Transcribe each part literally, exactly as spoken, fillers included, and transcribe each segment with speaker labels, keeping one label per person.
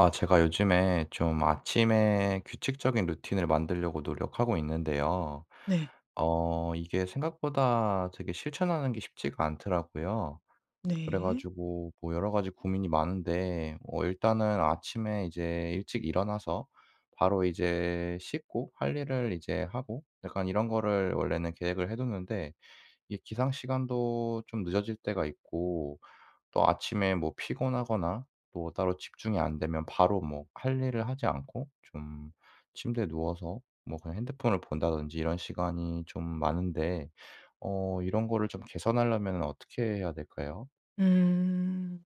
Speaker 1: 아 제가 요즘에 좀 아침에 규칙적인 루틴을 만들려고 노력하고 있는데요.
Speaker 2: 네.
Speaker 1: 어 이게 생각보다 되게 실천하는 게 쉽지가 않더라고요. 그래
Speaker 2: 네.
Speaker 1: 가지고 뭐 여러 가지 고민이 많은데 어 일단은 아침에 이제 일찍 일어나서 바로 이제 씻고 할 일을 이제 하고 약간 이런 거를 원래는 계획을 해 뒀는데, 이게 기상 시간도 좀 늦어질 때가 있고, 또 아침에 뭐 피곤하거나 또 따로 집중이 안 되면 바로 뭐 할 일을 하지 않고 좀 침대에 누워서 뭐 그냥 핸드폰을 본다든지 이런 시간이 좀 많은데, 어 이런 거를 좀 개선하려면 어떻게 해야 될까요?
Speaker 2: 음.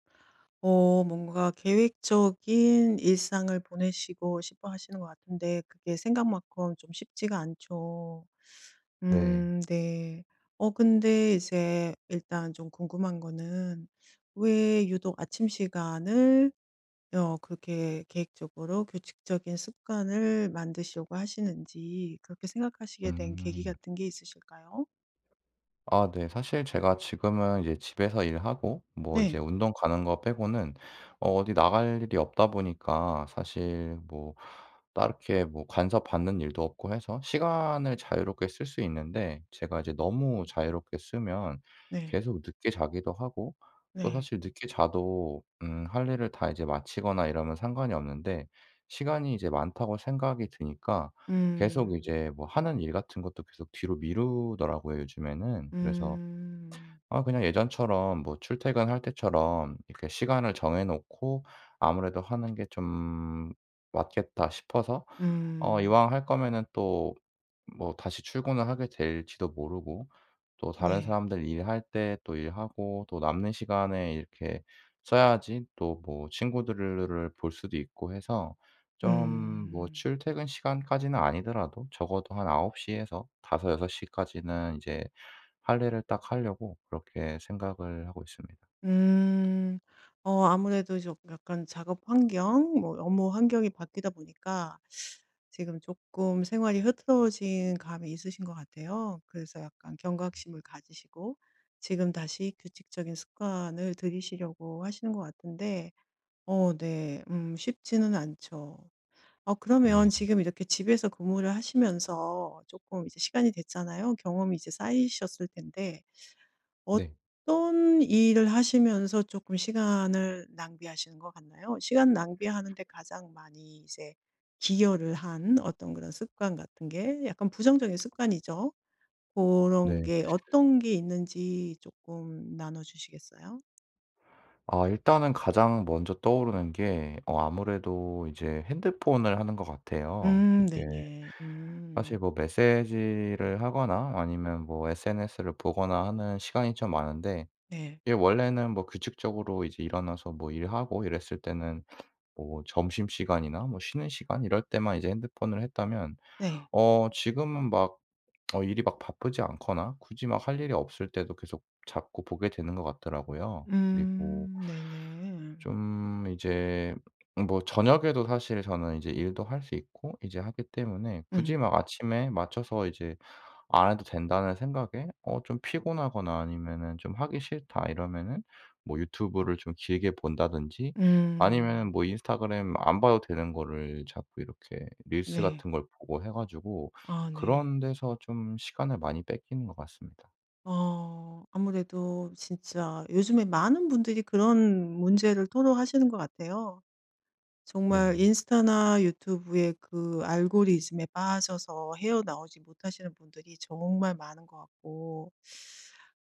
Speaker 2: 어 뭔가 계획적인 일상을 보내시고 싶어 하시는 것 같은데 그게 생각만큼 좀 쉽지가 않죠.
Speaker 1: 네.
Speaker 2: 음 네. 어 근데 이제 일단 좀 궁금한 거는 왜 유독 아침 시간을 어 그렇게 계획적으로 규칙적인 습관을 만드시려고 하시는지 그렇게 생각하시게 된 계기
Speaker 1: 음.
Speaker 2: 같은 게 있으실까요?
Speaker 1: 아 네. 사실 제가 지금은 이제 집에서 일하고 뭐 이제
Speaker 2: 네.
Speaker 1: 운동 가는 거 빼고는 어 어디 나갈 일이 없다 보니까, 사실 뭐 딱히 뭐 간섭받는 일도 없고 해서 시간을 자유롭게 쓸 수 있는데, 제가 이제 너무 자유롭게 쓰면
Speaker 2: 네.
Speaker 1: 계속 늦게 자기도 하고, 또
Speaker 2: 네.
Speaker 1: 사실 늦게 자도 음 할 일을 다 이제 마치거나 이러면 상관이 없는데, 시간이 이제 많다고 생각이 드니까 계속
Speaker 2: 음.
Speaker 1: 이제 뭐 하는 일 같은 것도 계속 뒤로 미루더라고요 요즘에는. 그래서
Speaker 2: 음.
Speaker 1: 아 그냥 예전처럼 뭐 출퇴근할 때처럼 이렇게 시간을 정해 놓고 아무래도 하는 게 좀 맞겠다 싶어서, 어
Speaker 2: 음.
Speaker 1: 이왕 할 거면은, 또 뭐 다시 출근을 하게 될지도 모르고 또 다른
Speaker 2: 네.
Speaker 1: 사람들 일할 때 또 일하고 또 남는 시간에 이렇게 써야지 또 뭐 친구들을 볼 수도 있고 해서, 좀 뭐
Speaker 2: 음.
Speaker 1: 출퇴근 시간까지는 아니더라도 적어도 한아홉 시 에서 다섯에서 여섯 시까지는 이제 할애를 딱 하려고 그렇게 생각을 하고 있습니다.
Speaker 2: 음. 어 아무래도 좀 약간 작업 환경 뭐 업무 환경이 바뀌다 보니까 지금 조금 생활이 흐트러진 감이 있으신 것 같아요. 그래서 약간 경각심을 가지시고 지금 다시 규칙적인 습관을 들이시려고 하시는 것 같은데 어 네 음 쉽지는 않죠. 어
Speaker 1: 네.
Speaker 2: 그러면 지금 이렇게 집에서 근무를 하시면서 조금 이제 시간이 됐잖아요. 경험이 이제 쌓이셨을 텐데
Speaker 1: 네.
Speaker 2: 어떤 일을 하시면서 조금 시간을 낭비하시는 것 같나요? 시간 낭비하는 데 가장 많이 이제 기여를 한
Speaker 1: 음
Speaker 2: 어떤 그런 습관 같은 게 약간 부정적인 습관이죠. 그런
Speaker 1: 네.
Speaker 2: 게 어떤 게 있는지 조금 나눠 주시겠어요?
Speaker 1: 아 일단은 가장 먼저 떠오르는 게 어 아무래도 이제 핸드폰을 하는 것 같아요.
Speaker 2: 음
Speaker 1: 이게
Speaker 2: 네네.
Speaker 1: 사실
Speaker 2: 음.
Speaker 1: 뭐 메시지를 하거나 아니면 뭐 에스엔에스를 보거나 하는 시간이 좀 많은데,
Speaker 2: 네.
Speaker 1: 이게 원래는 뭐 규칙적으로 이제 일어나서 뭐 일하고 이랬을 때는 뭐 점심시간이나 뭐 쉬는 시간 이럴 때만 이제 핸드폰을 했다면,
Speaker 2: 네.
Speaker 1: 어 지금은 막 어 일이 막 바쁘지 않거나 굳이 막 할 일이 없을 때도 계속 잡고 보게 되는 것 같더라고요. 그리고
Speaker 2: 음 네네.
Speaker 1: 좀 이제 뭐 저녁에도 사실 저는 이제 일도 할 수 있고 이제 하기 때문에, 굳이
Speaker 2: 음.
Speaker 1: 막 아침에 맞춰서 이제 안 해도 된다는 생각에 어 좀 피곤하거나 아니면은 좀 하기 싫다 이러면은 뭐 유튜브를 좀 길게 본다든지, 아니면은
Speaker 2: 음.
Speaker 1: 뭐 인스타그램 안 봐도 되는 거를 자꾸 이렇게 릴스
Speaker 2: 네.
Speaker 1: 같은 걸 보고 해 가지고
Speaker 2: 아 네.
Speaker 1: 그런 데서 좀 시간을 많이 뺏기는 것 같습니다.
Speaker 2: 어 아무래도 진짜 요즘에 많은 분들이 그런 문제를 토로하시는 것 같아요.
Speaker 1: 네.
Speaker 2: 정말 인스타나 유튜브의 그 알고리즘에 빠져서 헤어나오지 못하시는 분들이 정말 많은 것 같고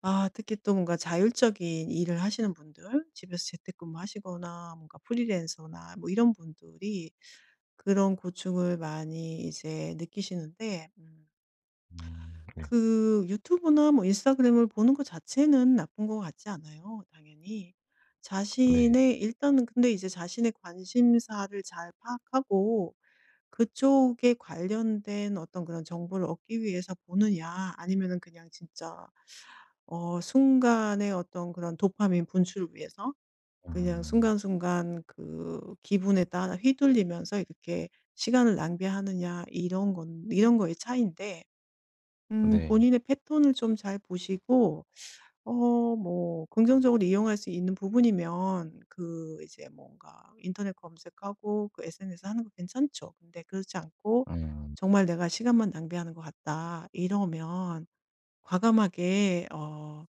Speaker 2: 아 특히 또 뭔가 자율적인 일을 하시는 분들, 집에서 재택근무하시거나 뭔가 프리랜서나 뭐 이런 분들이 그런 고충을 많이 이제 느끼시는데 음
Speaker 1: 음 네.
Speaker 2: 그 유튜브나 뭐 인스타그램을 보는 것 자체는 나쁜 것 같지 않아요, 당연히.
Speaker 1: 네.
Speaker 2: 자신의 일단은 근데 이제 자신의 관심사를 잘 파악하고 그쪽에 관련된 어떤 그런 정보를 얻기 위해서 보느냐, 아니면은 그냥 진짜 어 순간의 어떤 그런 도파민 분출을 위해서 그냥
Speaker 1: 음.
Speaker 2: 순간순간 그 기분에 따라 휘둘리면서 이렇게 시간을 낭비하느냐 이런 건 이런 거의 차이인데 음
Speaker 1: 네.
Speaker 2: 본인의 패턴을 좀 잘 보시고 어 뭐 긍정적으로 이용할 수 있는 부분이면 그 이제 뭔가 인터넷 검색하고 그 에스엔에스 하는 거 괜찮죠. 근데 그렇지 않고
Speaker 1: 음.
Speaker 2: '정말 내가 시간만 낭비하는 것 같다.' 이러면 과감하게 어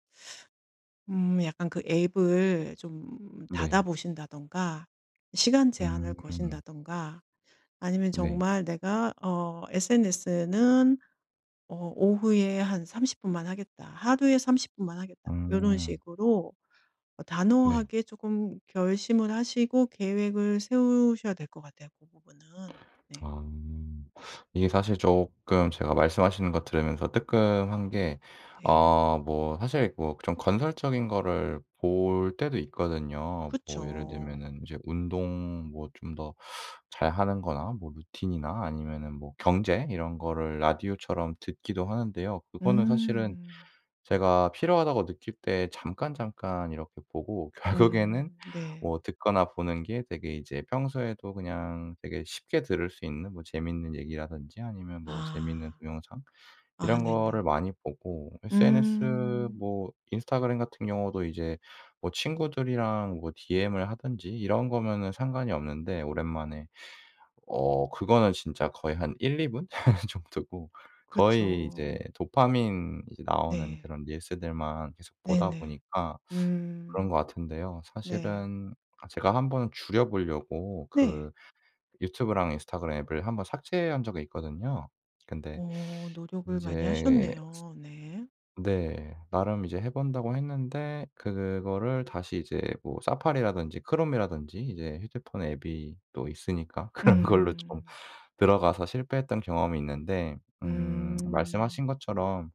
Speaker 2: 음 약간 그 앱을 좀
Speaker 1: 네.
Speaker 2: 닫아 보신다든가 시간
Speaker 1: 음.
Speaker 2: 제한을 거신다든가 아니면
Speaker 1: 네.
Speaker 2: 정말 내가 어 에스엔에스는 어 오후에 한 삼십 분만 하겠다. 하루에 삼십 분만 하겠다. 뭐런
Speaker 1: 음.
Speaker 2: 식으로 어
Speaker 1: 네.
Speaker 2: 단호하게 조금 결심을 하시고 계획을 세우셔야 될 것 같아요, 그 부분은. 네.
Speaker 1: 아. 이게 사실 조금 제가 말씀하시는 거 들으면서 뜨끔한 게,
Speaker 2: 네.
Speaker 1: 어 뭐 사실 뭐 좀 건설적인 거를 볼 때도 있거든요. 뭐 예를
Speaker 2: 그쵸.
Speaker 1: 들면은 이제 운동 뭐 좀 더 잘하는 거나 뭐 루틴이나 아니면은 뭐 경제 이런 거를 라디오처럼 듣기도 하는데요. 그거는 사실은
Speaker 2: 음.
Speaker 1: 제가 필요하다고 느낄 때 잠깐 잠깐 이렇게 보고 결국에는
Speaker 2: 음 네.
Speaker 1: 뭐 듣거나 보는 게 되게 이제 평소에도 그냥 되게 쉽게 들을 수 있는 뭐 재밌는 얘기라든지 아니면 뭐 재밌는
Speaker 2: 아.
Speaker 1: 동영상
Speaker 2: 아
Speaker 1: 이런 거를
Speaker 2: 네네.
Speaker 1: 많이 보고, 에스엔에스
Speaker 2: 음.
Speaker 1: 뭐 인스타그램 같은 경우도 이제 뭐 친구들이랑 뭐 디엠을 하든지 이런 거면은 상관이 없는데, 오랜만에 어 그거는 진짜 거의 한 일에서 이 분 정도고, 거의 이제
Speaker 2: 그쵸.
Speaker 1: 도파민 이제 나오는
Speaker 2: 네.
Speaker 1: 그런 릴스들만 계속 보다
Speaker 2: 네네.
Speaker 1: 보니까 그런 것
Speaker 2: 음.
Speaker 1: 같은데요.
Speaker 2: 네.
Speaker 1: 사실은 제가 한번 줄여 보려고
Speaker 2: 네.
Speaker 1: 그 유튜브랑 인스타그램 앱을 한번 삭제한 적이 있거든요. 근데
Speaker 2: 어 노력을 많이
Speaker 1: 이제
Speaker 2: 하셨네요. 네.
Speaker 1: 네 나름 이제 해 본다고 했는데, 그거를 다시 이제 뭐 사파리라든지 크롬이라든지 이제 휴대폰 앱이 또 있으니까 그런 걸로 좀
Speaker 2: 음.
Speaker 1: 들어가서 실패했던 경험이 있는데, 음 말씀하신
Speaker 2: 음.
Speaker 1: 것처럼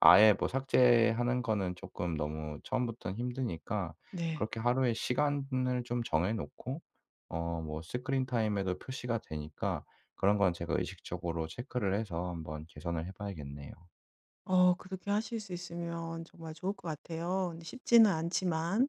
Speaker 1: 아예 뭐 삭제하는 거는 쪼끔 너무 처음부터는 힘드니까
Speaker 2: 네.
Speaker 1: 그렇게 하루에 시간을 좀 정해 놓고 어 뭐 스크린 타임에도 표시가 되니까 그런 건 제가 의식적으로 체크를 해서 한번 개선을 해 봐야겠네요.
Speaker 2: 어 그렇게 하실 수 있으면 정말 좋을 것 같아요. 근데 쉽지는 않지만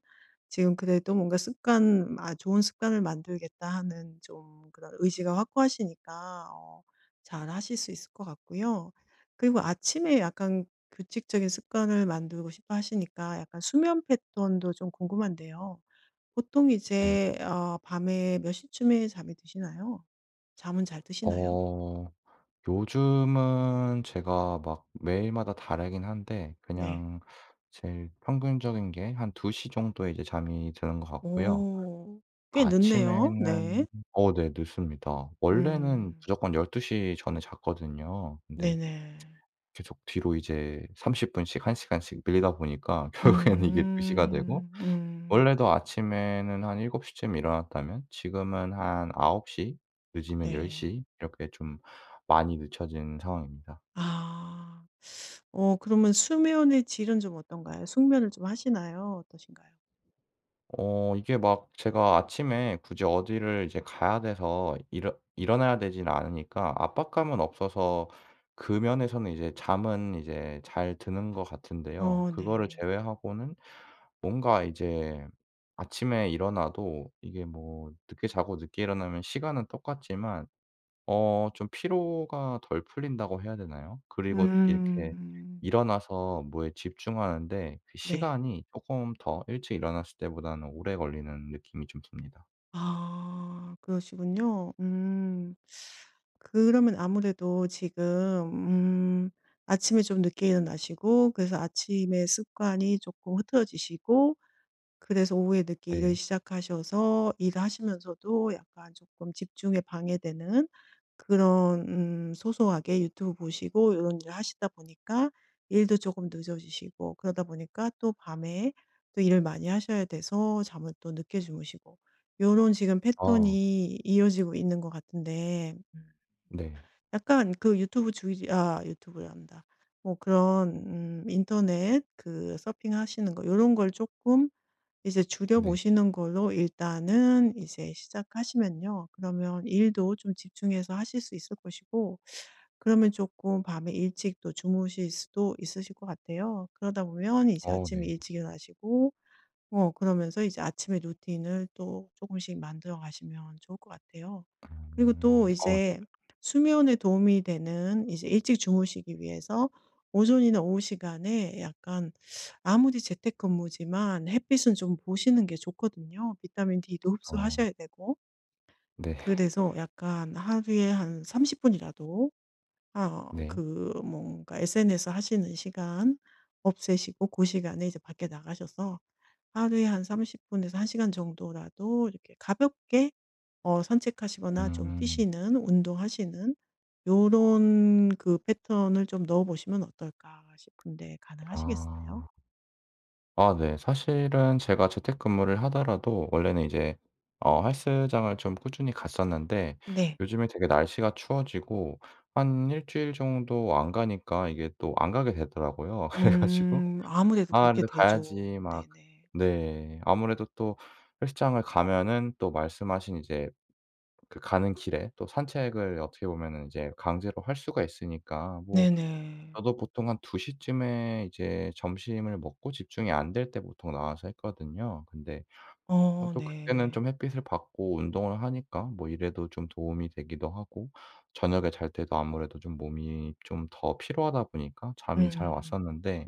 Speaker 2: 지금 그래도 뭔가 습관 아 '좋은 습관을 만들겠다.' 하는 좀 그런 의지가 확고하시니까 어 잘하실 수 있을 것 같고요. 그리고 아침에 약간 규칙적인 습관을 만들고 싶어 하시니까 약간 수면 패턴도 좀 궁금한데요. 보통
Speaker 1: 네.
Speaker 2: 이제 어 밤에 몇 시쯤에 잠이 드시나요? 잠은 잘 드시나요?
Speaker 1: 어 요즘은 제가 막 매일마다 다르긴 한데,
Speaker 2: 네.
Speaker 1: 그냥 제일 평균적인 게 한 두 시 정도에 이제 잠이 드는 것 같고요.
Speaker 2: 오. 꽤 늦네요.
Speaker 1: 아침에는
Speaker 2: 네.
Speaker 1: 어 네 늦습니다. 원래는
Speaker 2: 음.
Speaker 1: 무조건 열두 시 전에 잤거든요. 근데
Speaker 2: 네네.
Speaker 1: 계속 뒤로 이제 삼십 분씩 한 시간씩 밀리다 보니까 결국에는 이게 두 시가 되고,
Speaker 2: 음. 음.
Speaker 1: 원래도 아침에는 한일곱 시쯤 일어났다면 지금은 한9홉시, 늦으면 1
Speaker 2: 네.
Speaker 1: 0 이렇게 좀 많이 늦춰진 상황입니다.
Speaker 2: 아. 어 그러면 수면의 질은 좀 어떤가요? 숙면을 좀 하시나요? 어떠신가요?
Speaker 1: 어 이게 막 제가 아침에 굳이 어디를 이제 가야 돼서 일어 일어나야 되진 않으니까 압박감은 없어서, 그 면에서는 이제 잠은 이제 잘 드는 것 같은데요.
Speaker 2: 어
Speaker 1: 그거를
Speaker 2: 네.
Speaker 1: 제외하고는 뭔가 이제 아침에 일어나도 이게 뭐 늦게 자고 늦게 일어나면 시간은 똑같지만, 어 좀 피로가 덜 풀린다고 해야 되나요? 그리고 이렇게
Speaker 2: 음.
Speaker 1: 일어나서 뭐에 집중하는데 그
Speaker 2: 네.
Speaker 1: 시간이 쪼끔 더 일찍 일어났을 때보다는 오래 걸리는 느낌이 좀 듭니다.
Speaker 2: 아 그러시군요. 음. 그러면 아무래도 지금 음 아침에 좀 늦게 일어나시고 그래서 아침의 습관이 조금 흐트러지시고 그래서 오후에 늦게 일을
Speaker 1: 네.
Speaker 2: 시작하셔서 일하시면서도 약간 조금 집중에 방해되는 그런 음 소소하게 유튜브 보시고 이런 일을 하시다 보니까 일도 조금 늦어지시고 그러다 보니까 또 밤에 또 일을 많이 하셔야 돼서 잠을 또 늦게 주무시고 요런 지금
Speaker 1: 아
Speaker 2: 패턴이 이어지고 있는 것 같은데 음
Speaker 1: 네.
Speaker 2: 약간 그 유튜브 주의 아 유튜브란다. 뭐 그런 음 인터넷 그 서핑하시는 거 요런 걸 조금 이제 줄여
Speaker 1: 네.
Speaker 2: 보시는 걸로 일단은 이제 시작하시면요. 그러면 일도 좀 집중해서 하실 수 있을 것이고 그러면 조금 밤에 일찍 또 주무실 수도 있으실 것 같아요. 그러다 보면 이제
Speaker 1: 어
Speaker 2: 아침에
Speaker 1: 네.
Speaker 2: 일찍 일어나시고 어 그러면서 이제 아침에 루틴을 또 조금씩 만들어 가시면 좋을 것 같아요. 그리고
Speaker 1: 음.
Speaker 2: 또
Speaker 1: 어 네.
Speaker 2: 이제 수면에 도움이 되는 이제 일찍 주무시기 위해서 오전이나 오후 시간에 약간 아무리 재택근무지만 햇빛은 좀 보시는 게 좋거든요. 비타민 D도
Speaker 1: 어.
Speaker 2: 흡수하셔야 되고.
Speaker 1: 네.
Speaker 2: 그래서 약간 하루에 한 삼십 분이라도 아
Speaker 1: 네.
Speaker 2: 그 뭔가 에스엔에스 하시는 시간 없애시고 그 시간에 이제 밖에 나가셔서 하루에 한 삼십 분에서 한 시간 정도라도 이렇게 가볍게 어 산책하시거나 좀
Speaker 1: 음.
Speaker 2: 뛰시는 운동하시는 요런 그 패턴을 좀 넣어 보시면 어떨까 싶은데 가능하시겠어요?
Speaker 1: 아. 아 네. 사실은 제가 재택근무를 하더라도 원래는 이제 어 헬스장을 좀 꾸준히 갔었는데,
Speaker 2: 네.
Speaker 1: 요즘에 되게 날씨가 추워지고 한 일 주일 정도 안 가니까 이게 또 안 가게 되더라고요. 그래 가지고
Speaker 2: 음 아무래도
Speaker 1: "아
Speaker 2: 그렇게
Speaker 1: 그래도
Speaker 2: 되죠.
Speaker 1: 가야지." 막,
Speaker 2: 네네.
Speaker 1: 네. 아무래도 또 헬스장을 가면은, 또 말씀하신 이제 그 가는 길에 또 산책을 어떻게 보면은 이제 강제로 할 수가 있으니까 뭐,
Speaker 2: 네네.
Speaker 1: 저도 보통 한 두 시쯤에 이제 점심을 먹고 집중이 안 될 때 보통 나와서 했거든요. 근데 어
Speaker 2: 어
Speaker 1: 또 그때는
Speaker 2: 네.
Speaker 1: 좀 햇빛을 받고 운동을 하니까 뭐 이래도 좀 도움이 되기도 하고, 저녁에 잘 때도 아무래도 좀 몸이 좀 더 피로하다 보니까 잠이 잘
Speaker 2: 음.
Speaker 1: 왔었는데,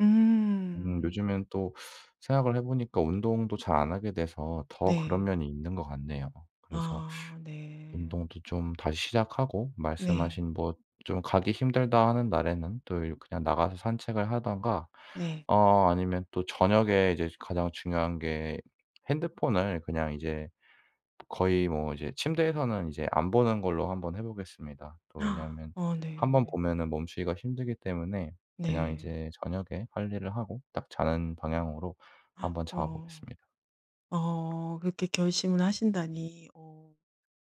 Speaker 1: 음
Speaker 2: 음.
Speaker 1: 요즘엔 또 생각을 해 보니까 운동도 잘 안 하게 돼서 더 그런
Speaker 2: 네.
Speaker 1: 면이 있는 것 같네요. 그래서
Speaker 2: 아 네.
Speaker 1: 운동도 좀 다시 시작하고
Speaker 2: 네.
Speaker 1: 말씀하신, 네. 뭐 좀 가기 힘들다 하는 날에는 또 이 그냥 나가서 산책을 하든가
Speaker 2: 네.
Speaker 1: 어 아니면, 또 저녁에 이제 가장 중요한 게 핸드폰을 그냥 이제 거의 뭐 이제 침대에서는 이제 안 보는 걸로 한번 해 보겠습니다. 또
Speaker 2: 아,
Speaker 1: 왜냐하면
Speaker 2: 어
Speaker 1: 한번
Speaker 2: 네.
Speaker 1: 보면은 멈추기가 힘들기 때문에 그냥
Speaker 2: 네.
Speaker 1: 이제 저녁에 할 일을 하고 딱 자는 방향으로 한번 잡아
Speaker 2: 어.
Speaker 1: 보겠습니다.
Speaker 2: 어 그렇게 결심을 하신다니 어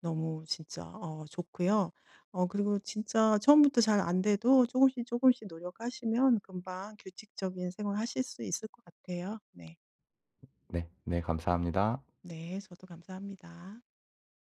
Speaker 2: 너무 진짜 어 좋고요. 어 그리고 진짜 처음부터 잘 안 돼도 조금씩 조금씩 노력하시면 금방 규칙적인 생활 하실 수 있을 것 같아요. 네.
Speaker 1: 네 네 감사합니다.
Speaker 2: 네. 저도 감사합니다.